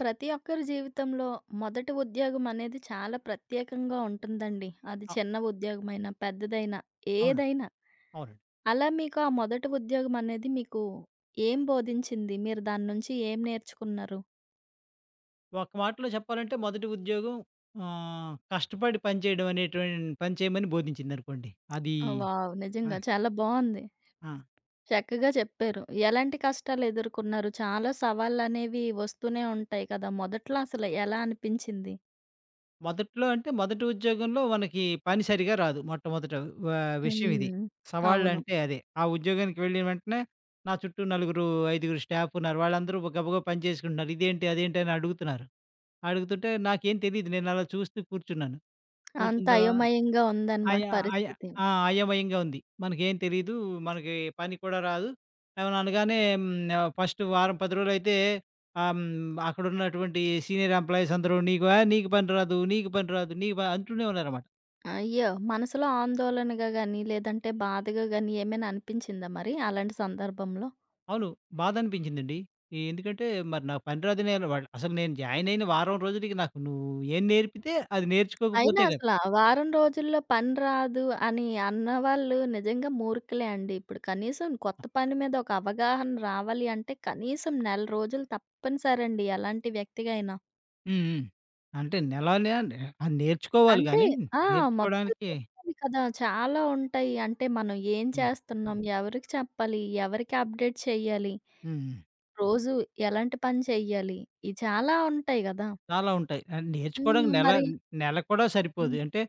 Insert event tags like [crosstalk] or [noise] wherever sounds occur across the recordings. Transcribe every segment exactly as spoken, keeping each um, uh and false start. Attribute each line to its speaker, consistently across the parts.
Speaker 1: ప్రతి ఒక్కరి జీవితంలో మొదటి ఉద్యోగం అనేది చాలా ప్రత్యేకంగా ఉంటుందండి. అది
Speaker 2: అ
Speaker 1: చిన్న ఉద్యోగమైనా, పెద్దదైనా,
Speaker 2: అవును.
Speaker 1: ఏదైనా.
Speaker 2: అవునండి.
Speaker 1: అలా మీకు ఆ మొదటి ఉద్యోగం అనేది మీకు ఏం బోధించింది? మీరు దాని నుంచి ఏం నేర్చుకున్నారు?
Speaker 2: ఒక మాటలో చెప్పాలంటే మొదటి ఉద్యోగం ఆహ్, కష్టపడి పని చేయడం అనేటువంటి పని చేయమని బోధించిందనుకోండి. అది
Speaker 1: వావ్!
Speaker 2: ఆ!
Speaker 1: నిజంగా చాలా బావుంది.
Speaker 2: ఆ!
Speaker 1: చక్కగా చెప్పారు. ఎలాంటి కష్టాలు ఎదుర్కొన్నారు? చాలా సవాళ్ళనేవి వస్తూనే ఉంటాయి కదా! మొదట్లో అసలు ఎలా అనిపించింది?
Speaker 2: మొదట్లో అంటే మొదటి ఉద్యోగంలో మనకి పని సరిగా రాదు. మొట్టమొదట వ విషయం ఇది.
Speaker 1: హ్మ్. అవును.
Speaker 2: సవాళ్ళంటే అదే. ఆ ఉద్యోగానికి వెళ్ళిన వెంటనే నా చుట్టూ నలుగురు, ఐదుగురు స్టాఫ్ ఉన్నారు. వాళ్ళందరూ గబగబా పని చేసుకుంటున్నారు. ఇదేంటి? అదేంటి? అని అడుగుతున్నారు. అడుగుతుంటే నాకేం తెలీదు. నేను అలా చూస్తూ కూర్చున్నాను.
Speaker 1: అంత
Speaker 2: కూర్చున్న తర్వా
Speaker 1: అయోమయంగా ఉందన్నమాట
Speaker 2: అయ అయ
Speaker 1: పరిస్థితి.
Speaker 2: ఆ! అయోమయంగా ఉంది. మనకేం తెలీదు. మనకి పని కూడా రాదు. ఏమన్నా అనగానే హ్మ్, ఆహ్, ఫస్ట్ వారం పది రోజులైతే ఆహ్, హ్మ్, అక్కడున్నటువంటి సీనియర్ ఎంప్లాయీస్ అందరూ "నీకు ఆహ్, నీకు పని రాదు. నీకు పని రాదు. నీకు ప" అంటూనే ఉన్నారనమాట.
Speaker 1: అయ్యో! మనసులో ఆందోళనగా గాని, లేదంటే బాధగా గాని ఏమైనా అనిపించిందా మరి అలాంటి సందర్భంలో?
Speaker 2: అవును. బాధనిపించిందండి. ఎందుకంటే మరి నాకు పని రాదని ఆళ్ళు వాళ్ళు అసలు నేను జాయిన్ అయిన వారం రోజులకి నాకు నువ్వు ఏం నేర్పితే అది
Speaker 1: అయినా
Speaker 2: నేర్చుకోకపోతే కదా!
Speaker 1: అసల వారం రోజుల్లో పని రాదు అని అన్నవాళ్ళు నిజంగా మూర్ఖులే అండి. ఇప్పుడు కనీసం కొత్త పని మీద ఒక అవగాహన రావాలి అంటే కనీసం నెల రోజులు తప్పనిసరండి ఎలాంటి వ్యక్తిగా అయినా.
Speaker 2: హ్మ్. హ్మ్. అంటే నెలనే అది నేర్చుకోవాలి
Speaker 1: అంటే
Speaker 2: గానీ
Speaker 1: ఆ! మొత్తం
Speaker 2: నేర్చుకోవడానికి
Speaker 1: చెప్పాలి కదా! చాలా ఉంటాయి. అంటే మనం ఏం
Speaker 2: హ్మ్.
Speaker 1: చేస్తున్నాం? ఎవరికి చెప్పాలి? ఎవరికి అప్డేట్ చేయాలి?
Speaker 2: హ్మ్.
Speaker 1: రోజు ఎలాంటి పని చేయాలి? ఇయి చాలా ఉంటాయి గదా!
Speaker 2: చాలా ఉంటాయి. ఆహ్,
Speaker 1: హ్మ్.
Speaker 2: నేర్చుకోవడానికి నెల
Speaker 1: మరి
Speaker 2: నెల కూడా సరిపోదు.
Speaker 1: హ్మ్.
Speaker 2: అంటే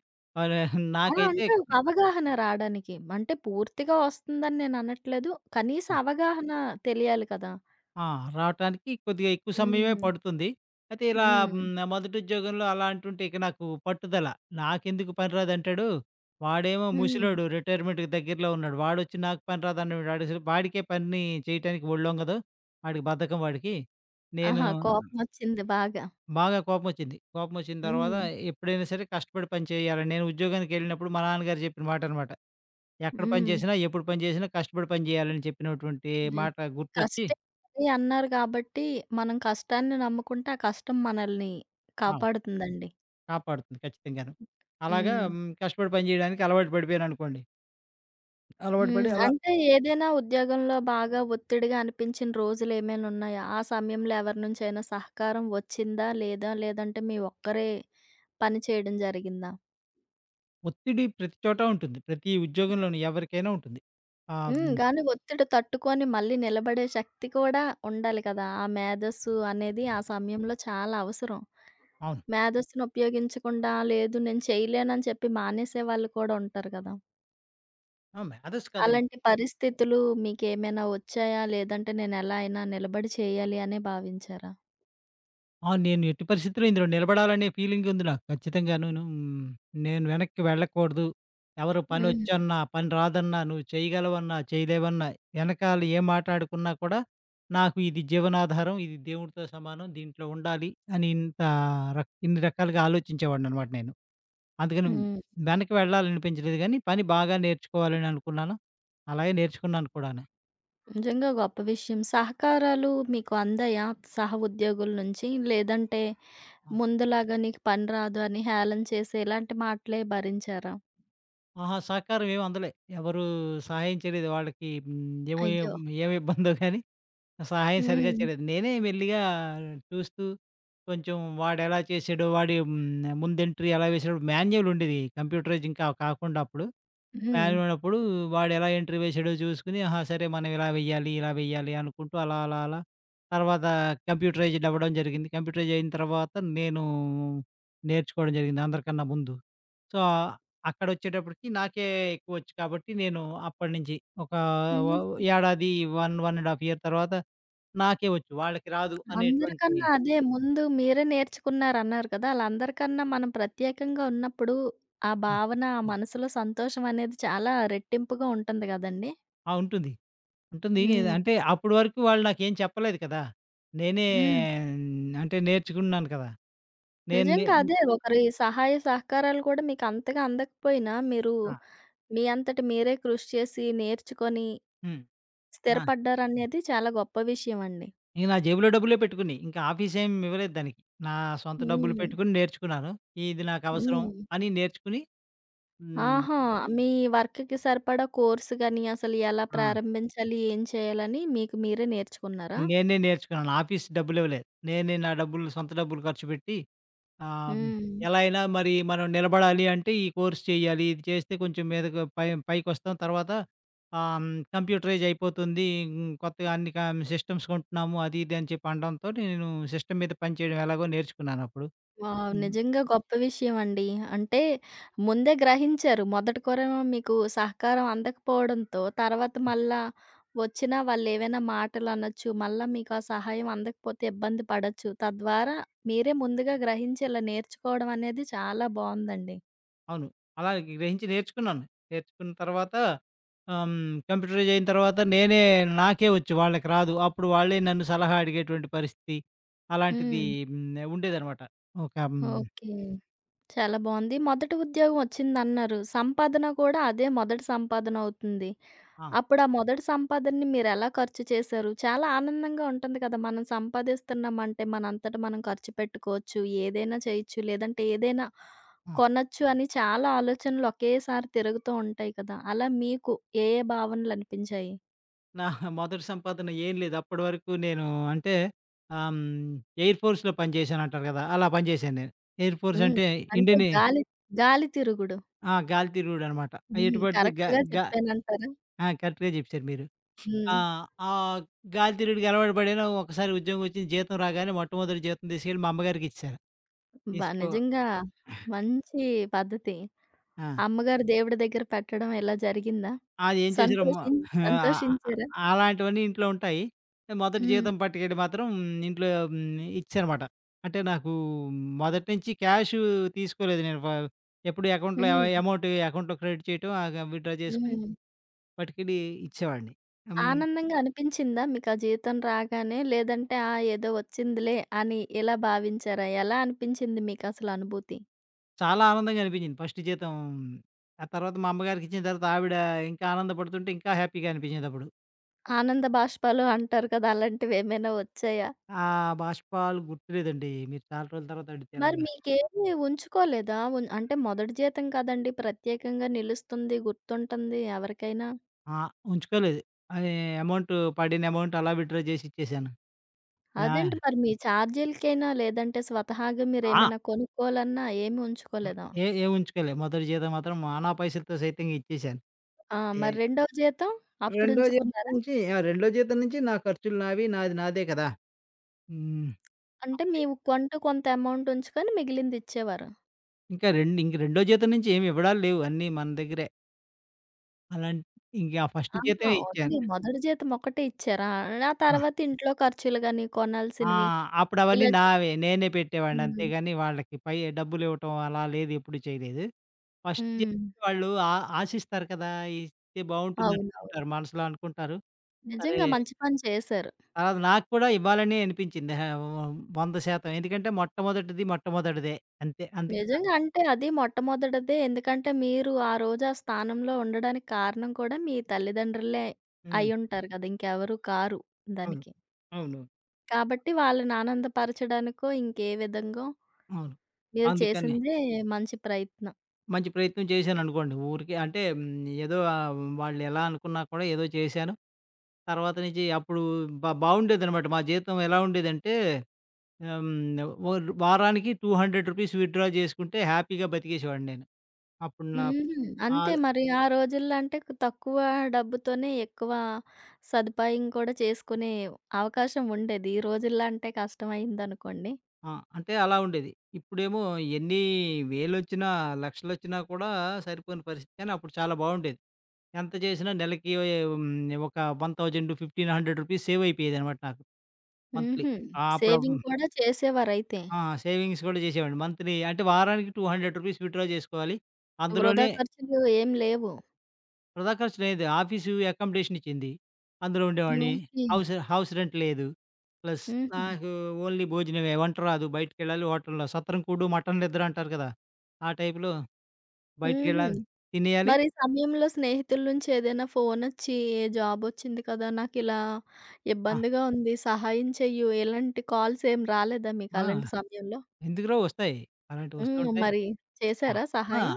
Speaker 2: ఆహ్,
Speaker 1: ఆ!
Speaker 2: నాకైతే
Speaker 1: అంటే ఒక అవగాహన రాడానికి. అంటే పూర్తిగా వస్తుందని నేననట్లేదు. కనీస అవగాహన తెలియాలి కదా!
Speaker 2: ఆ! రావటానికి కొద్దిగా ఎక్కువ సమయమే
Speaker 1: హ్మ్.
Speaker 2: పడుతుంది. అయితే ఇలా
Speaker 1: హ్మ్.
Speaker 2: హ్మ్, మొదటి ఉద్యోగంలో అలా అంటుంటే ఇక నాకు పట్టుదల. నాకెందుకు పని రాదంటాడు. వాడేమో
Speaker 1: హ్మ్.
Speaker 2: ముసలోడు రిటైర్మెంట్‌కి దగ్గరలో ఉన్నాడు. వాడొచ్చి నాకు పని రాదన్నాడు. వాడసలు వాడికే పని చేయటానికి ఒళ్ళొంగదు. వాడికి బద్ధకం వాడికి. నేను
Speaker 1: ఆహా! కోపమొచ్చింది బాగా.
Speaker 2: బాగా కోపమొచ్చింది. కోపమొచ్చిన తర్వాత
Speaker 1: హ్మ్.
Speaker 2: ఎప్పుడైనా సరే కష్టపడి పని చేయాలి. నేను ఉద్యోగానికెళ్ళినప్పుడు మా నాన్నగారు చెప్పిన మాటనమాట. ఎక్కడ పని
Speaker 1: హ్మ్.
Speaker 2: చేసినా, ఎప్పుడు పని చేసినా కష్టపడి పని చేయాలని చెప్పినటువంటి
Speaker 1: హ్మ్.
Speaker 2: మాట గుర్తొచ్చి
Speaker 1: కష్టం అది అన్నారు కాబట్టి, మనం కష్టాన్ని నమ్ముకుంటే, ఆ కష్టం మనల్ని
Speaker 2: ఆ!
Speaker 1: కాపాడుతుందండి.
Speaker 2: కాపాడుతుంది ఖచ్చితంగాను. అలాగా
Speaker 1: హ్మ్.
Speaker 2: హ్మ్, కష్టపడి పని చేయడానికి అలవాటు పడిపోయాననుకోండి. అలవాటు
Speaker 1: హ్మ్.
Speaker 2: పడి అలా
Speaker 1: అంటే ఏదైనా ఉద్యోగంలో బాగా ఒత్తిడిగా అనిపించిన రోజులేమైనున్నాయా? ఆ సమయంలో ఎవరి నుంచైనా సహకారం వచ్చిందా? లేదా? లేదంటే మీ ఒక్కరే పని చేయడం జరిగిందా?
Speaker 2: ఒత్తిడి ప్రతి చోటా ఉంటుంది. ప్రతి ఉద్యోగంలోనూ ఎవరికైనా ఉంటుంది. ఆహ్,
Speaker 1: హ్మ్.
Speaker 2: హ్మ్.
Speaker 1: గానీ ఒత్తిడి తట్టుకొని మళ్ళీ నిలబడే శక్తి కూడా ఉండాలి కదా! ఆ మేధస్సు అనేది ఆ సమయంలో చాలా అవసరం.
Speaker 2: అవును.
Speaker 1: మేధస్సును ఉపయోగించకుండా లేదు నేను చేయలేనని చెప్పి మానేసే వాళ్ళు కూడా ఉంటారు కదా!
Speaker 2: ఆ! మేధస్సు కాదండి.
Speaker 1: అలాంటి పరిస్థితులు మీకేమైనా వచ్చాయా? లేదంటే నేనెలా అయినా నిలబడి చేయాలి అనే భావించారా?
Speaker 2: ఆ! నేను ఎట్టి పరిస్థితిలో ఇందులో నిలబడాలనే ఫీలింగ్ ఉంది నాకు ఖచ్చితంగానూను. హ్మ్. నేను వెనక్కి వెళ్ళకూడదు. ఎవరు
Speaker 1: హ్మ్.
Speaker 2: పనొచ్చన్నా, పని రాదన్నా, నువ్వు చేయగలవన్నా, చేయలేవన్నా, వెనకాల ఏం మాట్లాడుకున్నా కూడా నాకు ఇది జీవనాధారం, ఇది దేవుడితో సమానం, దీంట్లో ఉండాలి అని ఇంత రక్ ఇన్ని రకాలుగా ఆలోచించేవాడిననమాట నేను. అందుకని
Speaker 1: హ్మ్.
Speaker 2: వెనక్కి వెళ్ళాలనిపించలేదు గానీ, పని బాగా నేర్చుకోవాలని అనుకున్నాను. అలాగే నేర్చుకున్నాను కూడాను.
Speaker 1: నిజంగా గొప్ప విషయం. సహకారాలు మీకు అందాయా? సహ ఉద్యోగుల నుంచి? లేదంటే
Speaker 2: ఆ!
Speaker 1: ముందులాగా నీకు పని రాదు అని హేళన చేసి ఇలాంటి మాటలే భరించారా?
Speaker 2: ఆహా! సహకారం ఏమి అందలే. ఎవరు సహాయం చేయలేదు. వాళ్ళకి హ్మ్. ఏమో ఏం
Speaker 1: అయ్యో!
Speaker 2: ఏమి ఇబ్బందో గానీ సహాయం సరిగ్గా
Speaker 1: హ్మ్.
Speaker 2: చేయలేదు. నేనే మెల్లిగా చూస్తూ కొంచెం వాడెలా చేసాడో వాడి హ్మ్. ముందు ఎంట్రీ ఎలా వేసాడో మాన్యువల్ ఉండేది. కంప్యూటరైజ్ ఇంకా కాకుండా అప్పుడు.
Speaker 1: హ్మ్.
Speaker 2: వాలిపోయినప్పుడు వాడెలా ఎంట్రీ వేశాడో చూసుకొని, ఆహా! సరే మనం ఇలా వెయ్యాలి, ఇలా వెయ్యాలి అనుకుంటూ అలా, అలా, అలా తర్వాత కంప్యూటరైజ్డ్ అవ్వడం జరిగింది. కంప్యూటరైజ్ అయిన తర్వాత నేను నేర్చుకోవడం జరిగింది అందరికన్నా ముందు. సో, అక్కడొచ్చేటప్పటికి నాకే ఎక్కువొచ్చు కాబట్టి నేను అప్పటినుంచి ఒక వ
Speaker 1: హ్మ్.
Speaker 2: ఏడాది ఒకటి, ఒకటిన్నర ఇయర్ తర్వాత నాకే వచ్చు. వాళ్ళకి రాదు అనేటువంటి
Speaker 1: అందరికన్నా అదే ముందు మీరే నేర్చుకున్నారన్నారు కదా! అలా అందరికన్నా మనం ప్రత్యేకంగా ఉన్నప్పుడు ఆ
Speaker 2: ఆ!
Speaker 1: భావన, ఆ మనసులో సంతోషం అనేది చాలా రెట్టింపుగా ఉంటుంది గదండీ!
Speaker 2: ఆ! ఉంటుంది. ఉంటుంది.
Speaker 1: హ్మ్.
Speaker 2: అంటే అప్పటి వరకు వాళ్ళు నాకేం చెప్పలేదు కదా! నేనే
Speaker 1: హ్మ్.
Speaker 2: మ్, అంటే నేర్చుకున్నాను కదా! నేను నే
Speaker 1: నిజంగా అదే. ఒకరి సహాయ సహకారాలు కూడా మీకు అంతగా అందకపోయినా మీరు
Speaker 2: ఆ!
Speaker 1: మీ అంతట మీరే కృషి చేసి, నేర్చుకొని
Speaker 2: హ్మ్. నా
Speaker 1: స్థిరపడ్డారనేది చాలా గొప్ప విషయం అండి.
Speaker 2: నేను నా జేబులో డబ్బులే పెట్టుకుని. ఇంకా ఆఫీసేం ఇవ్వలేదు దానికి. నా సొంత డబ్బులు
Speaker 1: హ్మ్.
Speaker 2: పెట్టుకొని నేర్చుకున్నాను. ఇది నాకవసరం
Speaker 1: హ్మ్.
Speaker 2: అని నేర్చుకుని హ్మ్.
Speaker 1: ఆహా! మీ వర్క్‌కి సరిపడా కోర్స్ గాని, అసలు ఎలా
Speaker 2: ఆ!
Speaker 1: ప్రారంభించాలి, ఏం చేయాలని మీకు మీరే నేర్చుకున్నారా?
Speaker 2: నేనే నేర్చుకున్నాను. ఆఫీస్ డబ్బులివ్వలేదు. నేనే నా డబ్బులు సొంత డబ్బులు ఖర్చు పెట్టి ఆహ్,
Speaker 1: హ్మ్.
Speaker 2: ఎలా అయినా మరి మనం నిలబడాలి అంటే ఈ కోర్స్ చేయాలి. ఇది చేస్తే కొంచెం మీదకు పై పైకొస్తాం. తర్వాత ఆహ్, హ్మ్, కంప్యూటరైజ్ అయిపోతుంది. హ్మ్, కొత్తగా అన్ని కం సిస్టమ్స్ కొంటున్నాము. అది ఇది అని చెప్పి అనడంతోటి నేను సిస్టమ్ మీద పని చేయడం ఎలాగో నేర్చుకున్నానప్పుడు.
Speaker 1: వావ్!
Speaker 2: హ్మ్.
Speaker 1: నిజంగా గొప్ప విషయం అండి. అంటే ముందే గ్రహించారు. మొదటి కొరేమో మీకు సహకారం అందకపోవడంతో, తర్వాత మళ్ళా వచ్చినా వాళ్ళేవైనా మాటలనొచ్చు. మళ్ళా మీకు ఆ సహాయం అందకపోతే ఇబ్బంది పడొచ్చు. తద్వారా మీరే ముందుగా గ్రహించి ఇలా నేర్చుకోవడం అనేది చాలా బావుందండి.
Speaker 2: అవును. అలా గ్రహించి నేర్చుకున్నాను. నేర్చుకున్న తర్వాత ఆహ్, హ్మ్, కంప్యూటరైజ్ అయిన తర్వాత నేనే నాకే వచ్చు వాళ్ళకి రాదు. అప్పుడు వాళ్ళే నన్ను సలహా అడిగేటువంటి పరిస్థితి అలాంటిది
Speaker 1: హ్మ్.
Speaker 2: హ్మ్, ఉండేదనమాట. ఒక హ్మ్,
Speaker 1: ఓకే. చాలా బావుంది. మొదటి ఉద్యోగం వచ్చిందన్నారు. సంపాదన కూడా అదే మొదటి సంపాదన అవుతుంది.
Speaker 2: ఆ!
Speaker 1: అప్పుడు ఆ మొదటి సంపాదనని మీరెలా ఖర్చు చేశారు? చాలా ఆనందంగా ఉంటుంది కదా! మనం సంపాదిస్తున్నామంటే మనంతట మనం ఖర్చు పెట్టుకోవచ్చు. ఏదైనా చేయొచ్చు. లేదంటే ఏదైనా
Speaker 2: ఆ!
Speaker 1: కొనొచ్చు అని చాలా ఆలోచనలు ఒకేసారి తిరుగుతూ ఉంటాయి కదా! అలా మీకు ఏ ఏ భావనలనిపించాయి?
Speaker 2: నా మొదటి సంపాదన ఏం లేదు. అప్పటి వరకు నేను అంటే ఆహ్, హ్మ్, ఎయిర్ ఫోర్స్‌లో పనిచేశానంటారు కదా! అలా పనిచేశాను నేను. ఎయిర్ ఫోర్స్
Speaker 1: హ్మ్.
Speaker 2: అంటే
Speaker 1: అంటే
Speaker 2: ఇండియన్ ఎ
Speaker 1: గాలి గాలి తిరుగుడు.
Speaker 2: ఆ! గాలి తిరుగుడనమాట.
Speaker 1: హ్మ్.
Speaker 2: ఎటు పడితే గ
Speaker 1: కరెక్ట్‌గా
Speaker 2: గ
Speaker 1: చెప్పానంటారా?
Speaker 2: ఆ! కరెక్ట్‌గా చెప్పారు మీరు.
Speaker 1: హ్మ్.
Speaker 2: ఆ! ఆ గాలి తిరుగుడుకి అలవాటు పడాను. ఒకసారి ఉద్యోగం వచ్చింది. జీతం రాగానే మొట్టమొదటి జీతం తీసుకెళ్ళి మా అమ్మగారికిచ్చేశాను.
Speaker 1: బ
Speaker 2: తీసుకో
Speaker 1: నిజంగా మంచి పద్ధతి.
Speaker 2: ఆ!
Speaker 1: అమ్మగారు దేవుడి దగ్గర పెట్టడం ఇలా జరిగిందా?
Speaker 2: అది ఏం చేశారో మొ
Speaker 1: సంతోషిం
Speaker 2: ఆహ్,
Speaker 1: సంతోషించారా?
Speaker 2: అలాంటివన్నీ ఇంట్లో ఉంటాయి. మొదటి
Speaker 1: హ్మ్.
Speaker 2: జీతం పట్టుకెళ్ళి మాత్రం ఇంట్లో హ్మ్, ఇచ్చానమాట. అంటే నాకు మొదటి నుంచి క్యాష్ తీసుకోలేదు నేను. వ ఎప్పుడు అకౌంట్‌లో
Speaker 1: హ్మ్.
Speaker 2: ఎ అమౌంట్ అకౌంట్‌లో క్రెడిట్ చేయటం, ఆగ విత్‌డ్రా చేసుకొని
Speaker 1: హ్మ్.
Speaker 2: పట్టుకెళ్ళి ఇచ్చేవాడిని. హ్మ్.
Speaker 1: ఆనందంగా అనిపించిందా మీకా జీతం రాగానే? లేదంటే ఆ! ఏదో వచ్చిందిలే అని ఇలా భావించారా? ఎలా అనిపించింది మీకసల అనుభూతి?
Speaker 2: చాలా ఆనందంగా అనిపించింది. ఫస్ట్ జీతం ఆ తర్వాత మా అమ్మగారికిచ్చిన తర్వాత ఆవిడ ఇంకా ఆనందపడుతుంటే ఇంకా హ్యాపీగా అనిపించిందప్పుడు.
Speaker 1: ఆనంద బాష్పాలు అంటారు కదా! అలాంటివేమైనా వచ్చాయా?
Speaker 2: ఆ బాష్పాలు గుర్తులేదండి. మీరు చాలా రోజుల తర్వాత అడిగితే
Speaker 1: మరి
Speaker 2: ఎలాగా?
Speaker 1: మీకేమి ఉంచుకోలేదా? ఉన్ అంటే మొదటి జీతం కదండీ! ప్రత్యేకంగా నిలుస్తుంది, గుర్తుంటుంది ఎవరికైనా.
Speaker 2: ఆ! ఉంచుకోలేదు. అది అమౌంట్ పడిన అమౌంట్ అలా విత్‌డ్రా చేసి ఇచ్చేసాను. నా
Speaker 1: అదేంటి మరి మీ ఛార్జీలకైనా లేదంటే స్వతహాగా
Speaker 2: ఆ!
Speaker 1: మీరేమైనా కొనుక్కోవాలన్నా ఏమి ఉంచుకోలేదా?
Speaker 2: ఏ ఏం ఉంచుకోలే. మొదటి జీతం మాత్రం ఆనా పైసలతో సైతం ఇచ్చేసాను.
Speaker 1: ఆ!
Speaker 2: ఏ
Speaker 1: మరి రెండవ జీతం
Speaker 2: రెండో జీతం
Speaker 1: అప్పుడుంచుకున్నారా?
Speaker 2: నుంచి ఆ! రెండో జీతం నుంచి నా ఖర్చులు నావి. నాది నాదే కదా! హ్మ్.
Speaker 1: అంటే మీ
Speaker 2: అప్పుడే
Speaker 1: కొంటూ కొంత అమౌంట్ ఉంచుకొని మిగిలింది ఇచ్చేవారా?
Speaker 2: ఇంకా రెండు ఇంక రెండో జీతం నుంచి ఏమి ఇవ్వడాలు లేవు. అన్నీ మన దగ్గరే. అలాంటి ఇంక ఫస్ట్
Speaker 1: ఆహా!
Speaker 2: జీతమే
Speaker 1: ఓన్లీ
Speaker 2: ఇచ్చాను.
Speaker 1: హ్మ్. మొదటి జీతం ఒకటే ఇచ్చారా? ఆ తర్వాత ఇంట్లో ఖర్చులు గాని,
Speaker 2: ఆ!
Speaker 1: కొనాల్సినవి
Speaker 2: అప్పుడు అవన్నీ
Speaker 1: ఇలా చిన్న
Speaker 2: నావే. నేనే పెట్టేవాడిని
Speaker 1: చిన్న హ్మ్.
Speaker 2: అంతేగాని వాళ్ళకి పై డబ్బులు ఇవ్వటం అలా లేదు. ఎప్పుడు చేయలేదు. ఫస్ట్ జీతం
Speaker 1: హ్మ్.
Speaker 2: వాళ్ళు ఆ ఆశిస్తారు కదా! ఇస్తే బావుంటుంది
Speaker 1: అవునవును.
Speaker 2: అనుకుంటారు. మనసులో అనుకుంటారు. సరే
Speaker 1: నిజంగా మంచి పని చేశారు.
Speaker 2: తర్వాత నాకు కూడా ఇవ్వాలని అనిపించింది. ఆహ్, వంద శాతం ఎందుకంటే మొట్టమొదటిది మొట్టమొదటిదే అంతే. అందుకే
Speaker 1: నిజంగా అంటే అది మొట్టమొదటిదే ఎందుకంటే మీరు ఆ రోజు ఆ స్థానంలో ఉండడానికి కారణం కూడా మీ తల్లిదండ్రులే
Speaker 2: హ్మ్.
Speaker 1: అయ్యుంటారు కదా! ఇంకెవరు కారు
Speaker 2: అవును.
Speaker 1: దానికి.
Speaker 2: అవును.
Speaker 1: కాబట్టి వాళ్ళని ఆనందపరచడానికో ఇంకే విధంగో
Speaker 2: అవును.
Speaker 1: మీరు
Speaker 2: అందుకని
Speaker 1: చేసిందే మంచి ప్రయత్నం.
Speaker 2: మంచి ప్రయత్నం చేశాననుకోండి. ఊరికే అంటే హ్మ్, ఏదో ఆహ్, వాళ్ళు ఎలా అనుకున్నా కూడా ఏదో చేశాను. తర్వాత నుంచి అప్పుడు బా బావుండేదనమాట. మా జీతం ఎలా ఉండేదంటే ఆహ్, హ్మ్. ఓర్ వారానికి రెండు వందల రూపీస్ విత్‌డ్రా చేసుకుంటే హ్యాపీగా బతికేసేవాడిని నేను. అప్పుడు నా
Speaker 1: హుహు. అంతే
Speaker 2: ఆద్
Speaker 1: మరి ఆ రోజుల్లో అంటే కు- తక్కువ డబ్బుతోనే ఎక్కువ సదుపాయం కూడా చేసుకునే అవకాశం ఉండేది. ఈ రోజుల్లో అంటే కష్టమయిందనుకోండి.
Speaker 2: ఆ! అంటే అలా ఉండేది. ఇప్పుడేమో ఎన్ని వేలొచ్చినా, లక్షలొచ్చినా కూడా సరిపోని పరిస్థితి. కానీ అప్పుడు చాలా బావుండేది. ఎంత చేసినా నెలకి హ్మ్. ఒక వెయ్యి, వెయ్యి ఐదు వందల రూపీస్ సేవ్ అయిపోయేదనమాట నాకు మంత్లీ.
Speaker 1: హుహు.
Speaker 2: ఆ! అప్పుడు
Speaker 1: సేవింగ్ కూడా చేసేవారైతే.
Speaker 2: ఆ! సేవింగ్స్ కూడా చేసేవాడిని. మంత్లీ అంటే వారానికి రెండు వందల రూపీస్ విత్‌డ్రా చేసుకోవాలి.
Speaker 1: వృధా
Speaker 2: అందులోనే
Speaker 1: ఖర్చులు ఏం లేవు.
Speaker 2: వృధా ఖర్చు లేదు. ఆఫీసు అకామిడేషన్ ఇచ్చింది. అందులో ఉండేవాడిని.
Speaker 1: ఓకే.
Speaker 2: హౌస్ హౌస్ రెంట్ లేదు. ప్లస్
Speaker 1: హుహు.
Speaker 2: నాకు ఓన్లీ భోజనమే. వంట రాదు. బయటికెళ్ళాలి హోటల్‌లో. సత్రం కూడు, మటన్ నిద్ర అంటారు కదా! ఆ టైప్‌లో
Speaker 1: హుహు.
Speaker 2: బయటికెళ్ళాలి. తినేయాలి.
Speaker 1: మరి ఈ సమయంలో స్నేహితుల నుంచి ఏదైనా ఫోనొచ్చి జాబొచ్చింది కదా! నాకిలా
Speaker 2: ఆ!
Speaker 1: ఇబ్బందిగా ఉంది. సహాయం చెయ్యు. ఇలాంటి కాల్స్ ఏం రాలేదా మీకు
Speaker 2: ఆ!
Speaker 1: అలాంటి సమయంలో?
Speaker 2: ఎందుకు రావు వస్తాయి. అలాంటివి వస్తూ
Speaker 1: హ్మ్.
Speaker 2: ఉంటాయి.
Speaker 1: మరి
Speaker 2: ఆ!
Speaker 1: చేశారా
Speaker 2: ఆ!
Speaker 1: సహాయం?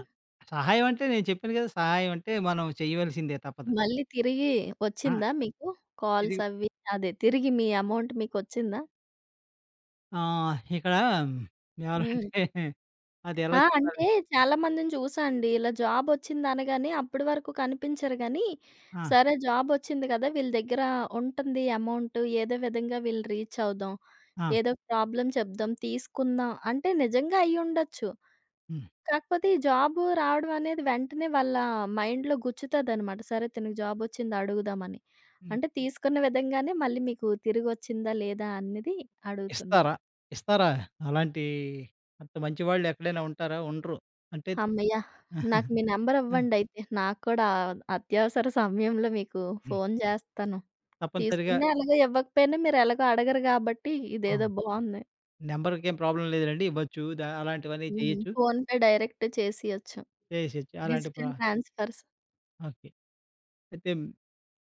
Speaker 2: సహాయం అంటే నేను చెప్పాను కదా! సహాయం అంటే మనం చేయవలసిందే తప్పదు.
Speaker 1: మళ్ళీ తిరిగి
Speaker 2: ఆ!
Speaker 1: వచ్చిందా మీకు?
Speaker 2: ఇది
Speaker 1: కాల్స్ అవి అదే తిరిగి మీ అమౌంట్ మీకొచ్చిందా?
Speaker 2: ఆహ్, ఇక్కడ ఎవరంటే
Speaker 1: హ్మ్.
Speaker 2: [laughs] అది
Speaker 1: ఆ!
Speaker 2: ఎలా చెప్పాలి?
Speaker 1: అంటే చాలామందిని చూసా అండి. ఇలా జాబొచ్చిందనగానే అప్పటి వరకు కనిపించరు గానీ,
Speaker 2: ఆ!
Speaker 1: సరే జాబొచ్చింది కదా! వీళ్ళ దగ్గర ఉంటుంది అమౌంట్. ఏదో విధంగా వీళ్ళు రీచ్ అవుదాం.
Speaker 2: ఆ!
Speaker 1: ఏదో ప్రాబ్లమ్ చెప్దాం, తీసుకుందాం అంటే నిజంగా అయ్యుండొచ్చు.
Speaker 2: హ్మ్.
Speaker 1: కాకపోతే ఈ జాబు రావడం అనేది వెంటనే వాళ్ళ మైండ్‌లో గుచ్చుతదనమాట. సరే తినకి జాబొచ్చింది అడుగుదామని.
Speaker 2: హ్మ్.
Speaker 1: అంటే తీసుకున్న విధంగానే మళ్ళీ మీకు తిరిగొచ్చిందా లేదా అనేది అడుగుతున్నాను.
Speaker 2: ఇస్తారా? ఇస్తారా? అలాంటి అంత మంచివాళ్ళు ఎక్కడైనా ఉంటారా? ఉండరు. అంటే
Speaker 1: హమ్మయ్య! నాకు
Speaker 2: [laughs]
Speaker 1: మీ నంబరివ్వండయితే. నాకు కూడా అత్యవసర సమయంలో మీకు
Speaker 2: హ్మ్.
Speaker 1: ఫోను జేస్తాను.
Speaker 2: తప్పనిసరిగా
Speaker 1: తీసుకున్నా ఎలాగో ఇవ్వకపోయినా మీరెలాగో అడగరు గాబట్టి
Speaker 2: ఆ!
Speaker 1: ఇదేదో బావుంది.
Speaker 2: నంబర్‌కేం ప్రాబ్లమ్ లేదులెండి. ఇవ్వచ్చు. ద అలాంటివన్నీ
Speaker 1: హ్మ్.
Speaker 2: చేయొచ్చు.
Speaker 1: ఫోన్‌పే డైరెక్ట్ చేసియొచ్చు.
Speaker 2: చేసేయొచ్చు. అలాంటి ప్ర
Speaker 1: డిజిటల్ ట్రాన్స్‌ఫర్స్.
Speaker 2: ఓకే. అయితే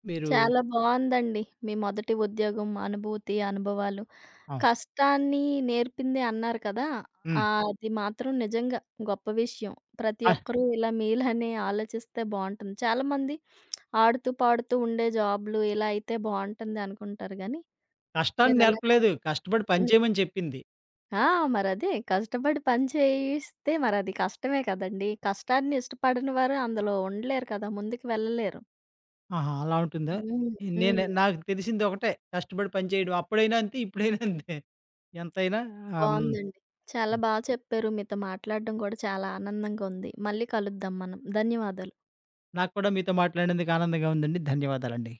Speaker 2: మీరు
Speaker 1: చాలా బావుందండి. మీ మొదటి ఉద్యోగం, అనుభూతి, అనుభవాలు.
Speaker 2: అవును.
Speaker 1: కష్టాన్ని నేర్పింది అన్నారు కదా!
Speaker 2: హ్మ్.
Speaker 1: ఆహ్, అది మాత్రం నిజంగా గొప్ప విషయం. ప్రతి
Speaker 2: ఆహ్,
Speaker 1: ఒక్కరూ ఇలా మీలానే ఆలోచిస్తే బావుంటుంది. చాలామంది ఆడుతూ, పాడుతూ ఉండే జాబ్‌లు ఇలా అయితే బావుంటుంది అనుకుంటారు గానీ,
Speaker 2: కష్టాన్ని
Speaker 1: మీరలా కాదు.
Speaker 2: నేర్పలేదు. కష్టపడి పని చేయమని చెప్పింది.
Speaker 1: ఆ! మరదే కష్టపడి పని చేయిస్తే మరది కష్టమే కదండీ! కష్టాన్ని ఇష్టపడని వారు అందులో ఉండలేరు కదా! ముందుకు వెళ్ళలేరు.
Speaker 2: ఆహా! అలా ఉంటుందా?
Speaker 1: హ్మ్.
Speaker 2: ఈ- నేను
Speaker 1: హ్మ్.
Speaker 2: నాకు తెలిసింది ఒకటే. కష్టపడి పని చేయడం. అప్పుడైనా అంతే. ఇప్పుడైనా అంతే. ఎంతైనా ఆహ్,
Speaker 1: బావుందండి. చాలా
Speaker 2: హ్మ్.
Speaker 1: బా చెప్పారు. మీతో మాట్లాడడం కూడా చాలా ఆనందంగా ఉంది. మళ్ళీ కలుద్దాం మనం. ధన్యవాదాలు.
Speaker 2: నాకు కూడా మీతో మాట్లాడినందుకు ఆనందంగా ఉందండి. ధన్యవాదాలండి.